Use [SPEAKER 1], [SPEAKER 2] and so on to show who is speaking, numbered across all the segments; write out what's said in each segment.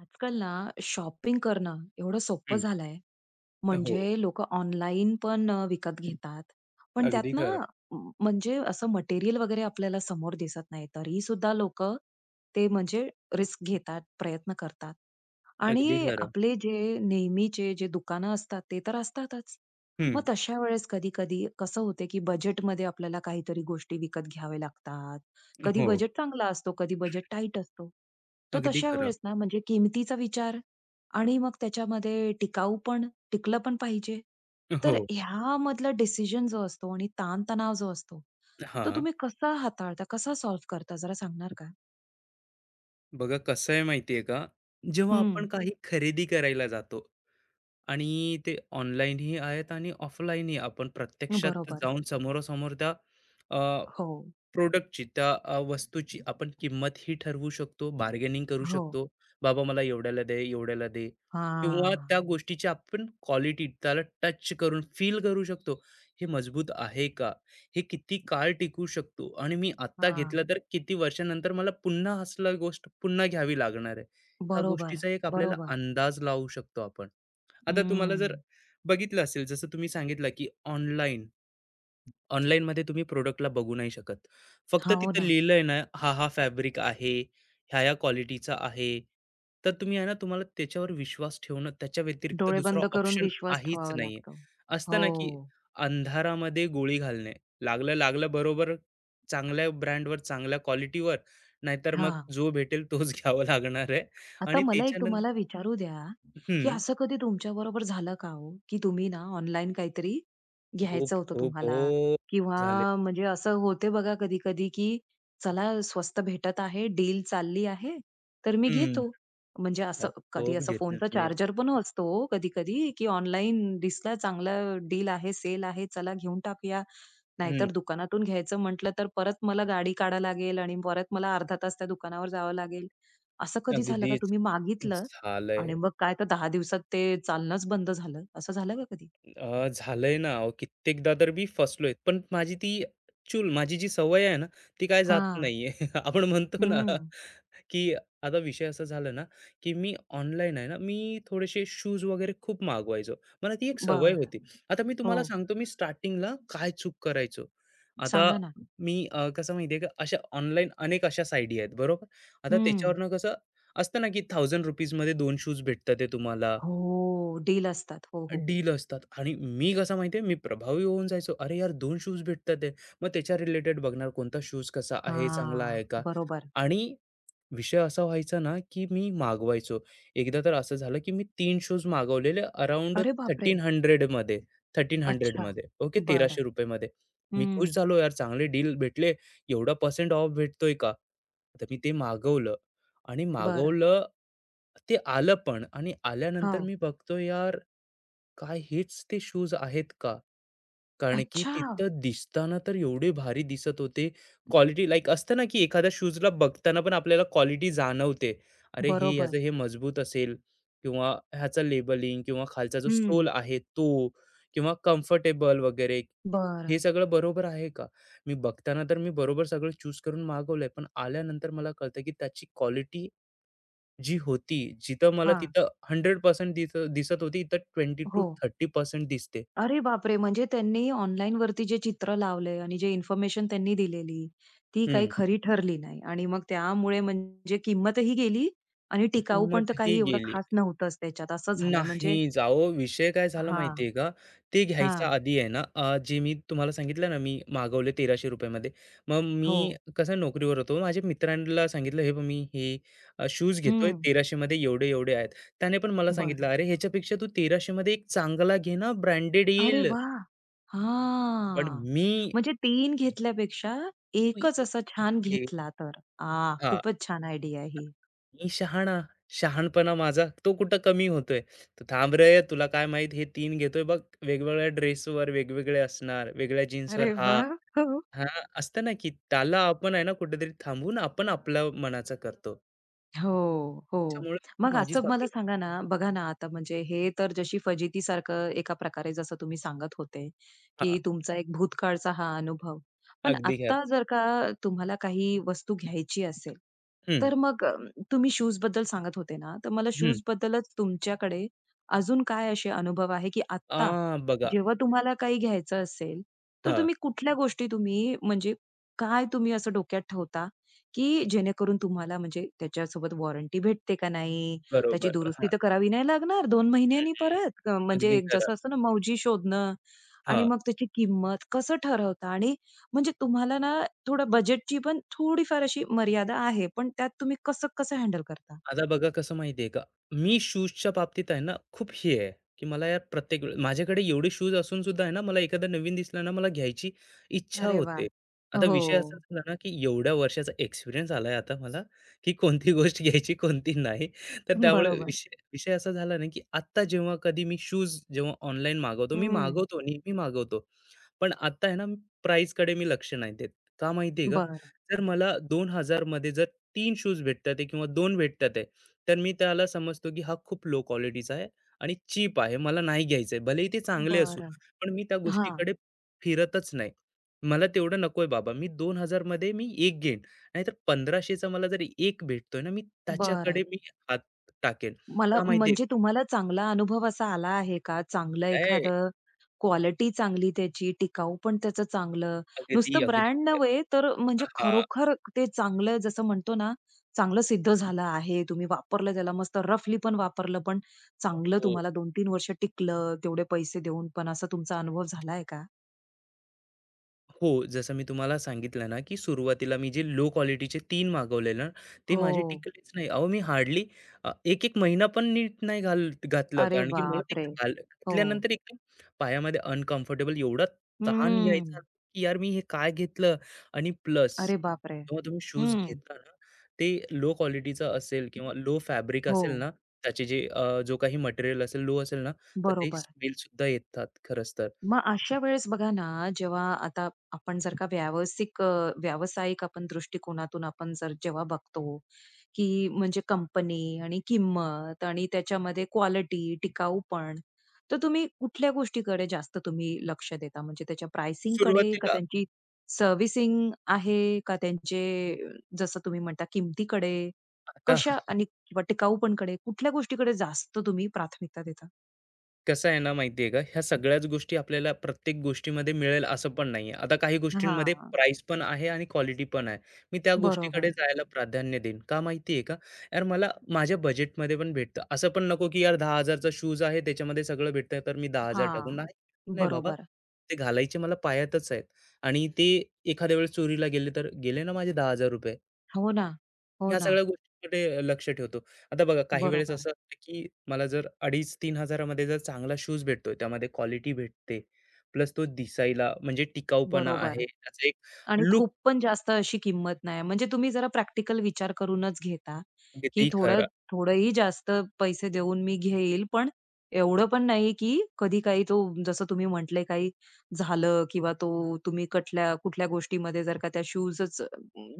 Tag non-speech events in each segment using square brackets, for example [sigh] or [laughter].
[SPEAKER 1] आजकाल ना शॉपिंग करणं एवढं सोपं
[SPEAKER 2] हं.
[SPEAKER 1] झालंय.
[SPEAKER 2] हो.
[SPEAKER 1] म्हणजे लोक ऑनलाईन पण विकत घेतात. पण
[SPEAKER 2] अगदी
[SPEAKER 1] त्यात ना
[SPEAKER 2] खरं,
[SPEAKER 1] म्हणजे असं मटेरियल वगैरे आपल्याला समोर दिसत नाही. तरी सुद्धा लोक ते म्हणजे रिस्क घेतात, प्रयत्न करतात.
[SPEAKER 2] अगदी
[SPEAKER 1] आणि
[SPEAKER 2] खरं.
[SPEAKER 1] आपले जे नेहमीचे जे दुकानं असतात ते तर असतातच. मग
[SPEAKER 2] हं.
[SPEAKER 1] तशा वेळेस कधी-कधी कसं होते, की बजेटमध्ये आपल्याला काहीतरी गोष्टी विकत घ्यावे लागतात. कधी
[SPEAKER 2] हो.
[SPEAKER 1] बजेट चांगला असतो, कधी बजेट टाईट असतो. तर
[SPEAKER 2] अगदी
[SPEAKER 1] तशा
[SPEAKER 2] खरं.
[SPEAKER 1] वेळेस ना म्हणजे किमतीचा विचार आणि मग त्याच्यामध्ये टिकाऊ पण टिकलं पण पाहिजे. तर
[SPEAKER 2] हो.
[SPEAKER 1] ह्यामधला डिसिजन जो असतो आणि ताण जो असतो, तो
[SPEAKER 2] हां.
[SPEAKER 1] तुम्ही कसा हाताळता? कसा सॉल्व्ह करता? जरा सांगणार का?
[SPEAKER 2] बघा कसं आहे माहिती का, जेव्हा आपण
[SPEAKER 1] हं.
[SPEAKER 2] काही खरेदी करायला जातो आणि ते ऑनलाईनही आहेत आणि ऑफलाईनही आपण प्रत्यक्षात
[SPEAKER 1] बरोबर.
[SPEAKER 2] जाऊन समोरासमोर त्या
[SPEAKER 1] हो,
[SPEAKER 2] प्रॉडक्टची त्या वस्तूची आपण किंमत ही ठरवू शकतो, बार्गेनिंग करू
[SPEAKER 1] हो.
[SPEAKER 2] शकतो. "बाबा मला एवढ्याला दे, एवढ्याला दे." किंवा त्या
[SPEAKER 1] हां,
[SPEAKER 2] गोष्टीची आपण क्वालिटी त्याला टच करून फील करू शकतो. हे मजबूत आहे का? हे किती काळ टिकू शकतो? आणि मी आत्ता
[SPEAKER 1] हां.
[SPEAKER 2] घेतलं तर किती वर्षानंतर मला पुन्हा असला गोष्ट पुन्हा घ्यावी लागणार आहे. ह्या
[SPEAKER 1] बरोबर,
[SPEAKER 2] गोष्टीचा एक आपल्याला
[SPEAKER 1] बरोबर.
[SPEAKER 2] अंदाज लावू शकतो आपण. आता तुम्हाला जर
[SPEAKER 1] हं.
[SPEAKER 2] बघितलं असेल, जसं तुम्ही सांगितलं, की ऑनलाईनमध्ये तुम्ही प्रोडक्टला बघू नाही शकत. फक्त
[SPEAKER 1] हो
[SPEAKER 2] तिथं
[SPEAKER 1] ना.
[SPEAKER 2] लिहिलंय ना, हा फॅब्रिक आहे, ह्या-ह्या क्वालिटीचा आहे. तर तुम्ही आहे ना, तुम्हाला त्याच्यावर विश्वास ठेवणं त्याच्या व्यतिरिक्त
[SPEAKER 1] डोळे
[SPEAKER 2] दुसरा
[SPEAKER 1] बंद करून
[SPEAKER 2] ऑप्शन
[SPEAKER 1] विश्वास
[SPEAKER 2] आहेच
[SPEAKER 1] ठेवावा
[SPEAKER 2] नाहीये.
[SPEAKER 1] लागतो.
[SPEAKER 2] असतं ना, की
[SPEAKER 1] हो.
[SPEAKER 2] अंधारामध्ये गोळी घालणे. लागलं, लागलं बरोबर चांगल्या ब्रँडवर, चांगल्या क्वालिटीवर. नाहीतर मग
[SPEAKER 1] हां.
[SPEAKER 2] जो भेटेल तोच [laughs] घ्यावा लागणार आहे
[SPEAKER 1] आता
[SPEAKER 2] आणि
[SPEAKER 1] मला एक
[SPEAKER 2] त्याच्यानंतर
[SPEAKER 1] तुम्हाला विचारू द्या, की
[SPEAKER 2] हं.
[SPEAKER 1] असं कधी तुमच्याबरोबर झालं का हो, की तुम्ही ना ऑनलाईन काहीतरी घ्यायचं
[SPEAKER 2] खूप,
[SPEAKER 1] होतं
[SPEAKER 2] खूप.
[SPEAKER 1] तुम्हाला,
[SPEAKER 2] हो, झाले.
[SPEAKER 1] किंवा म्हणजे असं होते बघा कधी-कधी, की चला स्वस्त भेटत आहे, डील चालली आहे, तर मी
[SPEAKER 2] हं.
[SPEAKER 1] घेतो. म्हणजे असं
[SPEAKER 2] मग
[SPEAKER 1] कधी
[SPEAKER 2] खूप
[SPEAKER 1] असं
[SPEAKER 2] घेतली
[SPEAKER 1] फोनचा
[SPEAKER 2] तुम्ही.
[SPEAKER 1] चार्जर पण असतो हो कधी-कधी, की ऑनलाईन दिसला चांगला डील आहे, सेल आहे, चला घेऊन टाकूया.
[SPEAKER 2] हं.
[SPEAKER 1] नाहीतर दुकानातून घ्यायचं म्हटलं तर परत मला गाडी काढावी लागेल आणि परत मला अर्धा तास त्या दुकानावर जावं लागेल. असं कधी झालं का
[SPEAKER 2] अगदीच.
[SPEAKER 1] तुम्ही मागितलं
[SPEAKER 2] झालंय.
[SPEAKER 1] आणि मग काय तर 10 दिवसात ते चालणंच बंद झालं, असं झालं का कधी?
[SPEAKER 2] झालंय ना अहो, कित्येकदा तर मी फसलोय. पण माझी माझी जी सवय आहे ना, ती काय जात
[SPEAKER 1] हां.
[SPEAKER 2] नाहीये. [laughs] आपण म्हणतो ना,
[SPEAKER 1] हं.
[SPEAKER 2] की आता विषय असा झाला ना, की मी ऑनलाईन आहे ना, मी थोडेसे शूज वगैरे खूप मागवायचो. मला ती एक सवय
[SPEAKER 1] बरं.
[SPEAKER 2] होती. आता मी
[SPEAKER 1] हो.
[SPEAKER 2] तुम्हाला सांगतो, मी स्टार्टिंगला काय चूक करायचो. आता
[SPEAKER 1] सांगा ना.
[SPEAKER 2] मी कसं माहिती का, अशा ऑनलाईन अनेक अशा साइट आहेत, बरोबर? आता
[SPEAKER 1] हं.
[SPEAKER 2] त्याच्यावरनं कसं असतं ना, की ₹1000 मध्ये 2 शूज भेटतात आहे तुम्हाला.
[SPEAKER 1] हो. डील असतात. हो, हो.
[SPEAKER 2] डील असतात आणि मी कसं माहितीये मी प्रभावी होऊन जायचो. अरे यार दोन शूज भेटतात आहे. मग त्याच्या रिलेटेड बघणार कोणता शूज कसा आहे, चांगला
[SPEAKER 1] हां.
[SPEAKER 2] आहे का?
[SPEAKER 1] बरोबर.
[SPEAKER 2] आणि विषय असा व्हायचा ना, की मी मागवायचो. एकदा तर असं झालं, की मी तीन शूज मागवलेले अराउंड
[SPEAKER 1] अरे बापरे!
[SPEAKER 2] 1300 मध्ये 1300
[SPEAKER 1] अच्छा.
[SPEAKER 2] मध्ये ओके
[SPEAKER 1] बरं.
[SPEAKER 2] ₹1300 मध्ये. मी खुश
[SPEAKER 1] हं.
[SPEAKER 2] झालो यार चांगले डील भेटले. एवढा पर्सेंट ऑफ भेटतोय का? तर मी ते मागवलं आणि
[SPEAKER 1] बरं.
[SPEAKER 2] मागवलं ते आलं पण आणि आल्यानंतर
[SPEAKER 1] हो.
[SPEAKER 2] मी बघतो यार काय हेच ते शूज आहेत का? कारण की
[SPEAKER 1] अच्छा!
[SPEAKER 2] तिथं दिसताना तर एवढे भारी दिसत होते. क्वालिटी लाइक असतं ना, की एखाद्या शूजला बघताना पण आपल्याला क्वालिटी जाणवते. अरे, हे ह्याचं
[SPEAKER 1] बरोबर.
[SPEAKER 2] हे मजबूत असेल किंवा ह्याचं लेबलिंग किंवा खालचा जो
[SPEAKER 1] हं.
[SPEAKER 2] सोल आहे तो किंवा कम्फर्टेबल वगैरे हे
[SPEAKER 1] बरं.
[SPEAKER 2] सगळं बरोबर आहे का? मी बघताना तर मी बरोबर सगळं चूज करून मागवलंय, पण आल्यानंतर मला कळतं की त्याची क्वालिटी जी होती, जिथं मला
[SPEAKER 1] हां.
[SPEAKER 2] तिथं 100% तिथं दिसत होती, इथं
[SPEAKER 1] हो.
[SPEAKER 2] 20-30% दिसते.
[SPEAKER 1] अरे बापरे! म्हणजे त्यांनी ऑनलाईनवरती जे चित्र लावले आणि जे इन्फॉर्मेशन त्यांनी दिलेली, ती काही
[SPEAKER 2] हं.
[SPEAKER 1] खरी ठरली नाही आणि मग त्यामुळे म्हणजे किंमतही गेली आणि टिकाऊ पण
[SPEAKER 2] किंमत
[SPEAKER 1] तर
[SPEAKER 2] ही
[SPEAKER 1] काही एवढं
[SPEAKER 2] गेली.
[SPEAKER 1] खास नव्हतंच त्याच्यात, असं झालं
[SPEAKER 2] नाही,
[SPEAKER 1] म्हणजे.
[SPEAKER 2] जाओ विषय काय झाला
[SPEAKER 1] हां,
[SPEAKER 2] माहिती का? ते घ्यायच्या
[SPEAKER 1] हां.
[SPEAKER 2] आधी आहे ना, जे मी तुम्हाला सांगितलं ना, मी मागवले 1300 मध्ये. मग मी
[SPEAKER 1] हो.
[SPEAKER 2] कसं नोकरीवर होतो. माझ्या मित्रांना सांगितलं, "हे बघ, मी हे शूज घेतोय.
[SPEAKER 1] हं.
[SPEAKER 2] 1300 मध्ये एवढे-एवढे आहेत." त्याने पण मला सांगितलं,
[SPEAKER 1] बरं.
[SPEAKER 2] "अरे, ह्याच्यापेक्षा तू 1300 मध्ये एक चांगला घे ना, ब्रँडेड
[SPEAKER 1] अरे
[SPEAKER 2] येईल."
[SPEAKER 1] वाह!
[SPEAKER 2] पण
[SPEAKER 1] हां.
[SPEAKER 2] मी
[SPEAKER 1] म्हणजे 3 घेतल्यापेक्षा 1च असा छान घेतला तर. आह!
[SPEAKER 2] हां.
[SPEAKER 1] खूपच छान आयडिया ही.
[SPEAKER 2] मी शहाणा, शहाणपणा माझा तो कुठं कमी होतोय? "तू थांब रे, तुला काय माहीत हे 3 घेतोय बघ." वेगवेगळ्या ड्रेसवर वेगवेगळे असणार, वेगळ्या जीन्सवर
[SPEAKER 1] अरे
[SPEAKER 2] हा
[SPEAKER 1] वाह! हो.
[SPEAKER 2] हां, असतं ना, की त्याला आपण आहे ना कुठेतरी थांबून आपण आपल्या मनाचा करतो.
[SPEAKER 1] हो, हो.
[SPEAKER 2] त्यामुळे ही
[SPEAKER 1] मग
[SPEAKER 2] माझी
[SPEAKER 1] असं मला
[SPEAKER 2] सवय
[SPEAKER 1] सांगा ना, बघा ना आता म्हणजे हे तर जशी फजितीसारखं एका प्रकारे जसं तुम्ही सांगत होते,
[SPEAKER 2] हां,
[SPEAKER 1] की तुमचा एक भूतकाळचा हा अनुभव. पण
[SPEAKER 2] अगदी खरं.
[SPEAKER 1] आत्ता जर का तुम्हाला काही वस्तू घ्यायची असेल,
[SPEAKER 2] हं,
[SPEAKER 1] तर मग तुम्ही शूजबद्दल सांगत होते ना, तर मला
[SPEAKER 2] हं.
[SPEAKER 1] शूजबद्दलच तुमच्याकडे अजून काय असे अनुभव आहे, की आत्ता
[SPEAKER 2] आ, बघा.
[SPEAKER 1] जेव्हा तुम्हाला काही घ्यायचं असेल, तर
[SPEAKER 2] हां,
[SPEAKER 1] तुम्ही कुठल्या गोष्टी तुम्ही म्हणजे काय तुम्ही असं डोक्यात ठेवता की जेणेकरून तुम्हाला म्हणजे त्याच्यासोबत वॉरंटी भेटते का नाही? त्याची
[SPEAKER 2] बरोबर.
[SPEAKER 1] दुरुस्ती
[SPEAKER 2] हां.
[SPEAKER 1] तर करावी नाही लागणार 2
[SPEAKER 2] हं,
[SPEAKER 1] महिन्यांनी
[SPEAKER 2] हं.
[SPEAKER 1] परत म्हणजे
[SPEAKER 2] अगदी
[SPEAKER 1] एक
[SPEAKER 2] खरं.
[SPEAKER 1] जसं असतं ना मौजी शोधणं. आणि
[SPEAKER 2] हां.
[SPEAKER 1] मग त्याची किंमत कसं ठरवता? आणि म्हणजे तुम्हाला ना थोडं बजेटची पण थोडीफार अशी मर्यादा आहे, पण त्यात तुम्ही कसं-कसं हँडल करता?
[SPEAKER 2] आता बघा कसं माहितीये का, मी शूजच्या बाबतीत आहे ना, खूप हे आहे, की मला यार प्रत्येक वेळ माझ्याकडे एवढे शूज असून सुद्धा आहे ना, मला एखादा नवीन दिसला ना, मला घ्यायची इच्छा
[SPEAKER 1] अरे
[SPEAKER 2] होते.
[SPEAKER 1] वाह!
[SPEAKER 2] आता
[SPEAKER 1] हो.
[SPEAKER 2] विषय असा झाला ना, की एवढ्या वर्षाचा एक्सपिरियन्स आलाय आता मला, की कोणती गोष्ट घ्यायची, कोणती नाही. तर त्यामुळे
[SPEAKER 1] बरोबर.
[SPEAKER 2] विषय विषय असा झाला ना, की आत्ता जेव्हा कधी मी शूज जेव्हा ऑनलाईन मागवतो, मी
[SPEAKER 1] हं.
[SPEAKER 2] मागवतो, नेहमी मागवतो. पण आता आहे ना, प्राईसकडे मी लक्ष नाही देत. का माहितीये का?
[SPEAKER 1] बरं.
[SPEAKER 2] जर मला 2000 मध्ये जर तीन शूज भेटतात आहे किंवा दोन भेटतात आहे, तर मी त्याला समजतो की हा खूप लो क्वालिटीचा आहे आणि चीप आहे. मला नाही घ्यायचं आहे. भलेही ते चांगले असू,
[SPEAKER 1] बरं.
[SPEAKER 2] पण मी त्या
[SPEAKER 1] हां.
[SPEAKER 2] गोष्टीकडे फिरतच नाही. मला तेवढं नकोय बाबा. मी 2000 मध्ये मी 1 घेईन. नाहीतर 1500चा मला जरी 1 भेटतोय ना, मी त्याच्याकडे
[SPEAKER 1] बरं.
[SPEAKER 2] मी हात टाकेन.
[SPEAKER 1] मला
[SPEAKER 2] का माहिती
[SPEAKER 1] म्हणजे तुम्हाला चांगला अनुभव असा आला आहे का? चांगलं
[SPEAKER 2] काय?
[SPEAKER 1] एखादं क्वालिटी चांगली त्याची, टिकाऊ पण त्याचं चांगलं.
[SPEAKER 2] अगदी,
[SPEAKER 1] नुसतं
[SPEAKER 2] अगदी
[SPEAKER 1] ब्रँड
[SPEAKER 2] खरं.
[SPEAKER 1] नव्हे, तर म्हणजे
[SPEAKER 2] हां.
[SPEAKER 1] खरोखर ते चांगलं जसं म्हणतो ना, चांगलं सिद्ध झालं आहे. तुम्ही वापरलं त्याला मस्त रफली पण वापरलं, पण चांगलं
[SPEAKER 2] हो.
[SPEAKER 1] तुम्हाला 2-3 वर्ष टिकलं, तेवढे पैसे देऊन पण असा तुमचा अनुभव झालाय का?
[SPEAKER 2] हो, जसं मी तुम्हाला सांगितलं ना, की सुरुवातीला मी जे लो क्वालिटीचे तीन मागवले ना, ते माझे
[SPEAKER 1] हो.
[SPEAKER 2] टिकलेच नाही. अहो, मी हार्डली एक-एक 1 महिना पण नीट नाही घातलं.
[SPEAKER 1] अरे
[SPEAKER 2] कारण की मला ते
[SPEAKER 1] बापरे!
[SPEAKER 2] घाल
[SPEAKER 1] हो.
[SPEAKER 2] घातल्यानंतर एकदम पायामध्ये अनकम्फर्टेबल एवढा ताण
[SPEAKER 1] हम्म.
[SPEAKER 2] यायचा, की यार मी हे काय घेतलं? आणि प्लस
[SPEAKER 1] अरे बापरे!
[SPEAKER 2] जेव्हा तुम्ही शूज
[SPEAKER 1] हं.
[SPEAKER 2] घेता ना, ते लो क्वालिटीचं असेल किंवा लो फॅब्रिक
[SPEAKER 1] हो.
[SPEAKER 2] असेल ना, त्याचे जो काही मटेरियल असेल, लो असेल ना, तर ते
[SPEAKER 1] बरोबर.
[SPEAKER 2] स्मेलसुद्धा येतात खरंच तर.
[SPEAKER 1] मग अशा वेळेस बघा ना, जेव्हा आता आपण जर का व्यावसायिक आपण दृष्टिकोनातून आपण जर जेव्हा बघतो, की म्हणजे कंपनी आणि किंमत आणि त्याच्यामध्ये क्वालिटी, टिकाऊपण. तर तुम्ही कुठल्या गोष्टीकडे जास्त तुम्ही लक्ष देता? म्हणजे त्याच्या प्राइसिंगकडे का
[SPEAKER 2] सुरुवातीला
[SPEAKER 1] त्यांची सर्व्हिसिंग आहे? का त्यांचे अ, जसं तुम्ही म्हणता किमतीकडे?
[SPEAKER 2] [laughs]
[SPEAKER 1] कशा आणि किंवा टिकाऊपणकडे कुठल्या गोष्टीकडे जास्त तुम्ही प्राथमिकता देता?
[SPEAKER 2] कसं आहे ना माहिती आहे का, ह्या सगळ्याच गोष्टी आपल्याला प्रत्येक गोष्टीमध्ये मिळेल असं पण नाही आहे. आता काही गोष्टींमध्ये
[SPEAKER 1] हां,
[SPEAKER 2] प्राईस पण आहे आणि क्वालिटी पण आहे. मी त्या
[SPEAKER 1] बरोबर.
[SPEAKER 2] गोष्टीकडे जायला प्राधान्य देईन. का माहिती आहे का? यार मला माझ्या बजेटमध्ये पण भेटतं. असं पण नको की यार 10,000 चा शूज आहे त्याच्यामध्ये सगळं भेटतं तर मी 10,000 टाकू.
[SPEAKER 1] हां,
[SPEAKER 2] नाही, नाही बाबा.
[SPEAKER 1] बरोबर.
[SPEAKER 2] ते घालायचे मला पायातच आहेत आणि ते एखाद्या वेळेस चोरीला गेले तर गेले ना माझे ₹10,000
[SPEAKER 1] हो ना, हो
[SPEAKER 2] ह्या
[SPEAKER 1] ना.
[SPEAKER 2] सगळ्या गोष्टींकडे लक्ष ठेवतो. आता बघा काही वेळेस हं.
[SPEAKER 1] बरोबर,
[SPEAKER 2] असं असतं, की मला जर 2500 तीन मध्ये जर चांगला शूज भेटतोय, त्यामध्ये क्वालिटी भेटते. प्लस तो दिसायला म्हणजे टिकाऊपणा
[SPEAKER 1] बरोबर.
[SPEAKER 2] आहे, त्याचा एक
[SPEAKER 1] आणि
[SPEAKER 2] लूक
[SPEAKER 1] खूप पण जास्त अशी किंमत नाही. म्हणजे तुम्ही जरा प्रॅक्टिकल विचार करूनच घेता, की
[SPEAKER 2] अगदी
[SPEAKER 1] थोडं थोडंही जास्त पैसे देऊन मी घेईल, पण एवढं पण नाही, की कधी काही तो जसं तुम्ही म्हटले काही झालं किंवा तो तुम्ही कटल्या कुठल्या गोष्टीमध्ये जर का त्या शूजच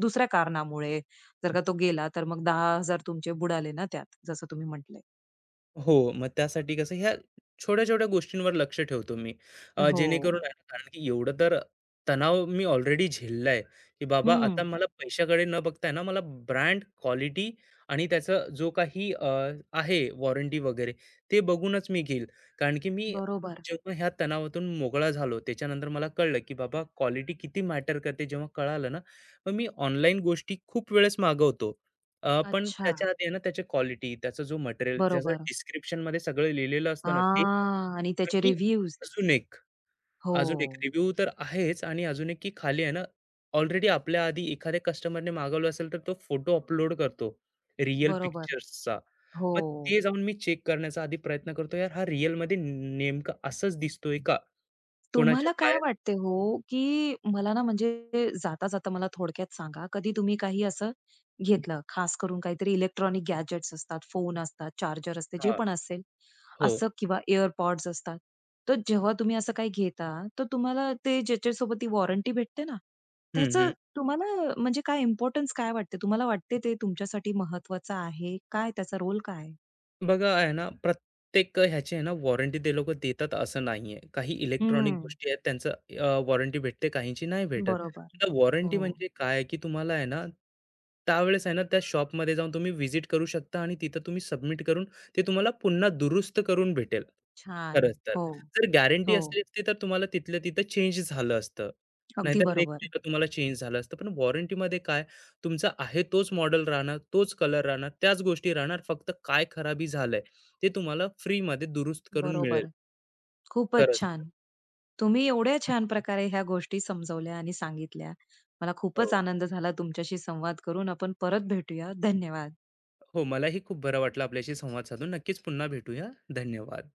[SPEAKER 1] दुसऱ्या कारणामुळे जर का तो गेला, तर मग 10,000 तुमचे बुडाले ना त्यात, जसं तुम्ही म्हटले.
[SPEAKER 2] हो, मग त्यासाठी कसं ह्या छोट्या-छोट्या गोष्टींवर लक्ष ठेवतो मी.
[SPEAKER 1] हो.
[SPEAKER 2] जेणेकरून आहे ना, कारण की एवढं तर तणाव मी ऑलरेडी झेललाय, की बाबा आता
[SPEAKER 1] हं.
[SPEAKER 2] मला पैशाकडे न बघता आहे ना, मला ब्रँड, क्वालिटी आणि त्याचा आहे वॉरंटी वगैरे ते बघूनच मी घेईल. कारण की मी
[SPEAKER 1] बरोबर.
[SPEAKER 2] जेव्हा ह्या तणावातून मोकळा झालो, त्याच्यानंतर मला कळलं, की बाबा क्वालिटी किती मॅटर करते. जेव्हा कळालं ना, मग मी ऑनलाईन गोष्टी खूप वेळेस मागवतो. पण
[SPEAKER 1] अच्छा.
[SPEAKER 2] त्याच्या आधी आहे ना, त्याची क्वालिटी, त्याचा जो मटेरियल, ज्याचं
[SPEAKER 1] बरोबर.
[SPEAKER 2] डिस्क्रिप्शनमध्ये सगळं लिहिलेलं
[SPEAKER 1] आ,
[SPEAKER 2] असतं ना ते
[SPEAKER 1] आणि त्याचे
[SPEAKER 2] आणि
[SPEAKER 1] रिव्ह्यूज.
[SPEAKER 2] अजून एक
[SPEAKER 1] हो.
[SPEAKER 2] अजून एक रिव्ह्यू तर आहेच आणि अजून एक की खाली आहे ना, ऑलरेडी आपल्या आधी एखाद्या कस्टमरने मागवलं असेल, तर तो फोटो अपलोड करतो रिअल
[SPEAKER 1] बरोबर.
[SPEAKER 2] पिक्चर्सचा.
[SPEAKER 1] हो.
[SPEAKER 2] मग ते जाऊन मी चेक करण्याचा आधी प्रयत्न करतो, यार हा रिअलमध्ये नेमकं असंच दिसतोय का? कोणाच्या
[SPEAKER 1] तुम्हाला काय
[SPEAKER 2] पायात
[SPEAKER 1] वाटते हो, की मला ना म्हणजे जाता-जाता मला थोडक्यात सांगा, कधी तुम्ही काही असं घेतलं, खास करून काहीतरी इलेक्ट्रॉनिक गॅजेट्स असतात, फोन असतात, चार्जर असते, जे
[SPEAKER 2] हां.
[SPEAKER 1] पण असेल,
[SPEAKER 2] हो.
[SPEAKER 1] असं किंवा एअरपॉड्स असतात. तर जेव्हा तुम्ही असं काही घेता, तर तुम्हाला ते ज्याच्यासोबत ती वॉरंटी भेटते ना,
[SPEAKER 2] हं,
[SPEAKER 1] त्याचं
[SPEAKER 2] हं.
[SPEAKER 1] तुम्हाला म्हणजे काय इम्पोर्टन्स काय वाटते? तुम्हाला वाटते ते तुमच्यासाठी महत्वाचं आहे? काय त्याचा रोल काय?
[SPEAKER 2] बघा आहे ना, प्रत्येक ह्याची आहे ना वॉरंटी ते लोकं देतात असं नाहीये. काही इलेक्ट्रॉनिक
[SPEAKER 1] हं,
[SPEAKER 2] गोष्टी आहेत त्यांचं वॉरंटी भेटते, काहींची नाही भेटत.
[SPEAKER 1] बरोबर.
[SPEAKER 2] आता वॉरंटी
[SPEAKER 1] हो,
[SPEAKER 2] म्हणजे काय, आहे की तुम्हाला आहे ना, त्यावेळेस आहे ना त्या शॉपमध्ये जाऊन तुम्ही व्हिजिट करू शकता आणि तिथं तुम्ही सबमिट करून ते तुम्हाला पुन्हा दुरुस्त करून भेटेल.
[SPEAKER 1] छान.
[SPEAKER 2] खरंच तर.
[SPEAKER 1] हो,
[SPEAKER 2] जर गॅरंटी
[SPEAKER 1] हो.
[SPEAKER 2] असली असती तर तुम्हाला तिथल्या तिथं चेंज झालं असतं.
[SPEAKER 1] अगदी
[SPEAKER 2] नाहीतर
[SPEAKER 1] बरोबर,
[SPEAKER 2] नेक्स्ट तुम्हाला चेंज झालं असतं. पण वॉरंटीमध्ये काय तुमचा आहे तोच मॉडेल राहणार, तोच कलर राहणार, त्याच गोष्टी राहणार. फक्त काय खराबी झालंय, ते तुम्हाला फ्रीमध्ये दुरुस्त करून मिळेल.
[SPEAKER 1] बरोबर. खूपच
[SPEAKER 2] खरंच
[SPEAKER 1] छान. तुम्ही एवढ्या छान प्रकारे ह्या गोष्टी समजवल्या आणि सांगितल्या. मला खूपच
[SPEAKER 2] हो.
[SPEAKER 1] आनंद झाला तुमच्याशी संवाद करून. आपण परत भेटूया. धन्यवाद.
[SPEAKER 2] हो, मलाही खूप बरं वाटलं आपल्याशी संवाद साधून. नक्कीच पुन्हा भेटूया. धन्यवाद.